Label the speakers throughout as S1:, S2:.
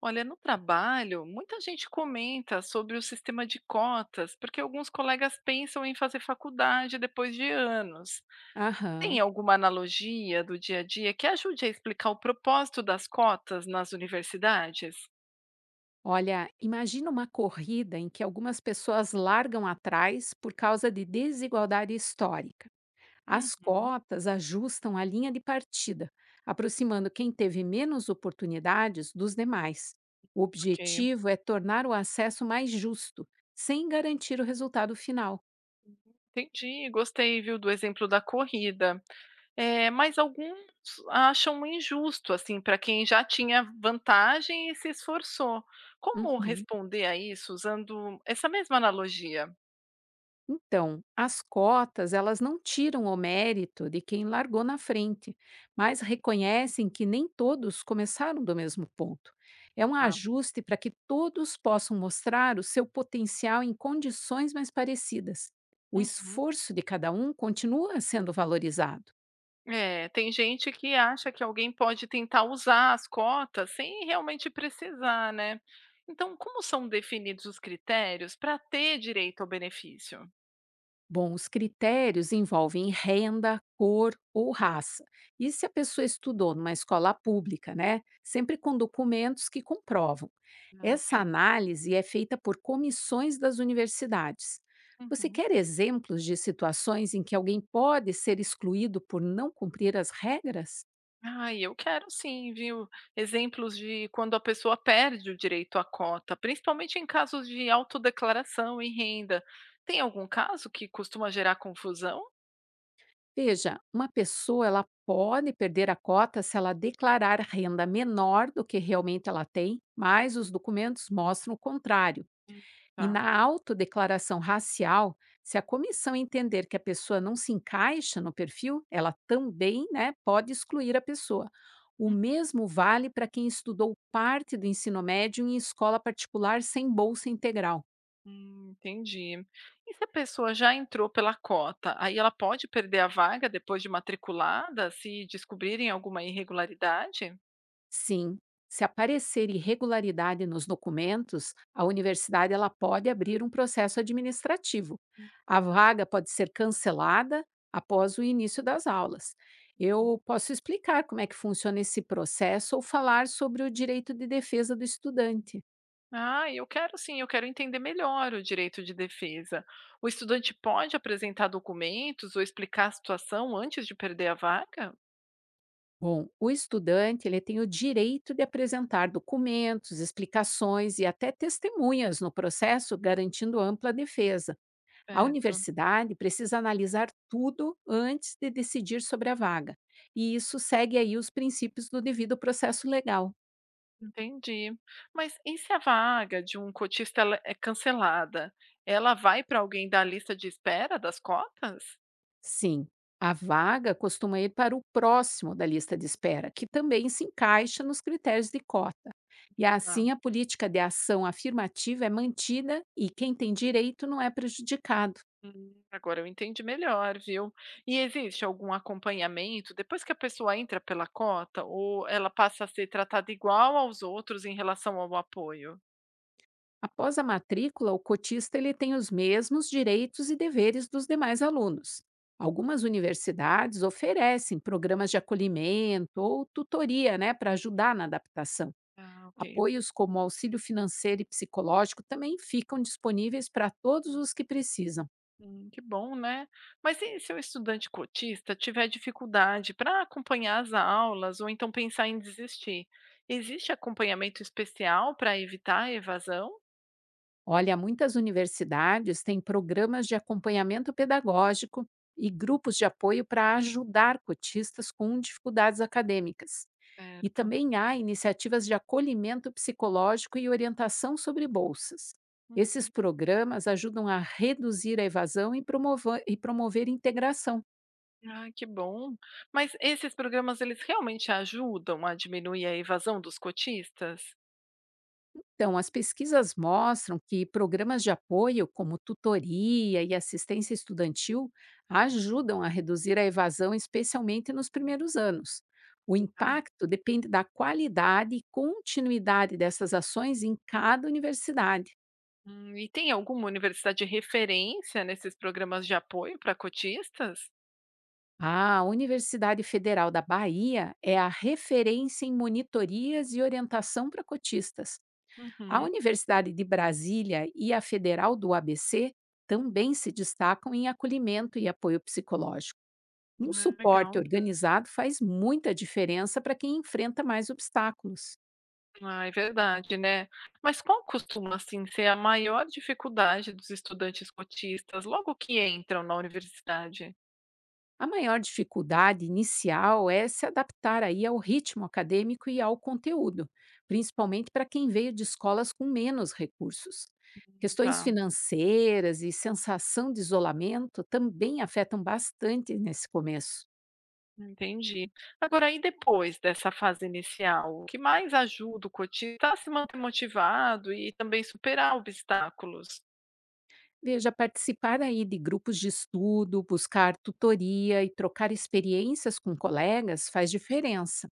S1: Olha, no trabalho, muita gente comenta sobre o sistema de cotas, porque alguns colegas pensam em fazer faculdade depois de anos. Tem
S2: Aham.
S1: alguma analogia do dia a dia que ajude a explicar o propósito das cotas nas universidades?
S2: Olha, imagina uma corrida em que algumas pessoas largam atrás por causa de desigualdade histórica. As
S1: Uhum,
S2: cotas ajustam a linha de partida, aproximando quem teve menos oportunidades dos demais. O
S1: ok,
S2: objetivo é tornar o acesso mais justo, sem garantir o resultado final.
S1: entendi. Gostei, viu, do exemplo da corrida. É, mas alguns acham injusto, assim, para quem já tinha vantagem e se esforçou. Como
S2: Uhum.
S1: responder a isso usando essa mesma analogia?
S2: Então, as cotas, elas não tiram o mérito de quem largou na frente, mas reconhecem que nem todos começaram do mesmo ponto. É um ajuste para que todos possam mostrar o seu potencial em condições mais parecidas. O
S1: Uhum.
S2: esforço de cada um continua sendo valorizado.
S1: É, tem gente que acha que alguém pode tentar usar as cotas sem realmente precisar, né? Então, como são definidos os critérios para ter direito ao benefício?
S2: Bom, os critérios envolvem renda, cor ou raça. E se a pessoa estudou numa escola pública, né? Sempre com documentos que comprovam.
S1: Ah,
S2: Essa
S1: ok.
S2: análise é feita por comissões das universidades. Você
S1: Uhum.
S2: quer exemplos de situações em que alguém pode ser excluído por não cumprir as regras?
S1: Ai, eu quero sim, viu? Exemplos de quando a pessoa perde o direito à cota, principalmente em casos de autodeclaração e renda. Tem algum caso que costuma gerar confusão?
S2: Veja, uma pessoa ela pode perder a cota se ela declarar renda menor do que realmente ela tem, mas os documentos mostram o contrário.
S1: Hum.
S2: E
S1: Tá.
S2: na autodeclaração racial, se a comissão entender que a pessoa não se encaixa no perfil, ela também, né, pode excluir a pessoa. O mesmo vale para quem estudou parte do ensino médio em escola particular sem bolsa integral.
S1: Entendi. E se a pessoa já entrou pela cota, aí ela pode perder a vaga depois de matriculada, se descobrirem alguma irregularidade?
S2: Sim, se aparecer irregularidade nos documentos, a universidade ela pode abrir um processo administrativo. A vaga pode ser cancelada após o início das aulas. Eu posso explicar como é que funciona esse processo ou falar sobre o direito de defesa do estudante.
S1: Ah, eu quero sim, eu quero entender melhor o direito de defesa. O estudante pode apresentar documentos ou explicar a situação antes de perder a vaga?
S2: Bom, o estudante ele tem o direito de apresentar documentos, explicações e até testemunhas no processo, garantindo ampla defesa. A
S1: Certo,
S2: universidade precisa analisar tudo antes de decidir sobre a vaga, e isso segue aí os princípios do devido processo legal.
S1: entendi. Mas e se a vaga de um cotista ela é cancelada? Ela vai para alguém da lista de espera das cotas?
S2: Sim, a vaga costuma ir para o próximo da lista de espera, que também se encaixa nos critérios de cota. E assim a política de ação afirmativa é mantida e quem tem direito não é prejudicado.
S1: Agora eu entendi melhor, viu? E existe algum acompanhamento depois que a pessoa entra pela cota ou ela passa a ser tratada igual aos outros em relação ao apoio?
S2: Após a matrícula, o cotista ele tem os mesmos direitos e deveres dos demais alunos. Algumas universidades oferecem programas de acolhimento ou tutoria, né, para ajudar na adaptação.
S1: Ah, ok.
S2: Apoios como auxílio financeiro e psicológico também ficam disponíveis para todos os que precisam.
S1: Que bom, né? Mas e se o estudante cotista tiver dificuldade para acompanhar as aulas ou então pensar em desistir? Existe acompanhamento especial para evitar a evasão?
S2: Olha, muitas universidades têm programas de acompanhamento pedagógico e grupos de apoio para ajudar cotistas com dificuldades acadêmicas. E
S1: Certo.
S2: também há iniciativas de acolhimento psicológico e orientação sobre bolsas.
S1: Uhum.
S2: Esses programas ajudam a reduzir a evasão e promover integração.
S1: Ah, que bom. Mas esses programas eles realmente ajudam a diminuir a evasão dos cotistas?
S2: Então, as pesquisas mostram que programas de apoio, como tutoria e assistência estudantil, ajudam a reduzir a evasão, especialmente nos primeiros anos. O
S1: Tá?
S2: impacto depende da qualidade e continuidade dessas ações em cada universidade.
S1: E tem alguma universidade de referência nesses programas de apoio para cotistas?
S2: A Universidade Federal da Bahia é a referência em monitorias e orientação para cotistas. A
S1: Uhum,
S2: Universidade de Brasília e a Federal do ABC também se destacam em acolhimento e apoio psicológico. Um
S1: ah, legal.
S2: suporte organizado faz muita diferença para quem enfrenta mais obstáculos.
S1: Ah, é verdade, né? Mas qual costuma assim ser a maior dificuldade dos estudantes cotistas logo que entram na universidade?
S2: A maior dificuldade inicial é se adaptar aí ao ritmo acadêmico e ao conteúdo, principalmente para quem veio de escolas com menos recursos. Questões
S1: Tá.
S2: financeiras e sensação de isolamento também afetam bastante nesse começo.
S1: Entendi. Agora e depois dessa fase inicial, o que mais ajuda o cotista a se manter motivado e também superar obstáculos?
S2: Veja, participar aí de grupos de estudo, buscar tutoria e trocar experiências com colegas faz diferença.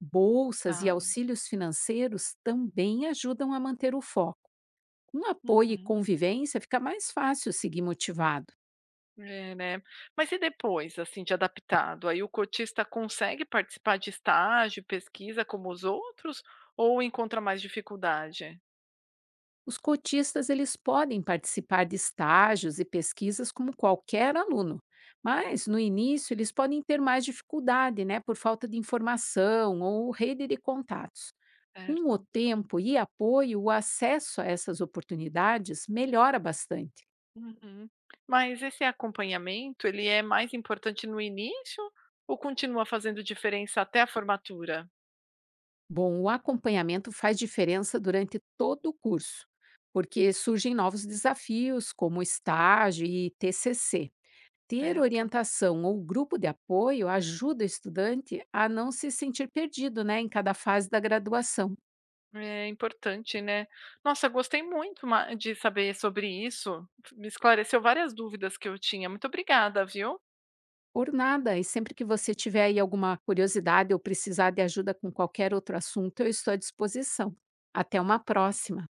S2: Bolsas e
S1: Tá.
S2: auxílios financeiros também ajudam a manter o foco. Com apoio e
S1: Uhum.
S2: convivência, fica mais fácil seguir motivado.
S1: É, né. Mas e depois, assim, de adaptado? Aí o cotista consegue participar de estágio, pesquisa como os outros ou encontra mais dificuldade?
S2: Os cotistas eles podem participar de estágios e pesquisas como qualquer aluno, mas no início eles podem ter mais dificuldade, né, por falta de informação ou rede de contatos. Com o
S1: Certo.
S2: tempo e apoio, o acesso a essas oportunidades melhora bastante.
S1: Uhum. Mas esse acompanhamento, ele é mais importante no início ou continua fazendo diferença até a formatura?
S2: Bom, o acompanhamento faz diferença durante todo o curso, porque surgem novos desafios, como estágio e TCC. Ter
S1: Certo.
S2: orientação ou grupo de apoio ajuda o estudante a não se sentir perdido, né, em cada fase da graduação.
S1: É importante, né. Nossa, gostei muito ma de saber sobre isso, me esclareceu várias dúvidas que eu tinha. Muito obrigada, viu.
S2: Por nada, e sempre que você tiver aí alguma curiosidade ou precisar de ajuda com qualquer outro assunto, eu estou à disposição. Até uma próxima!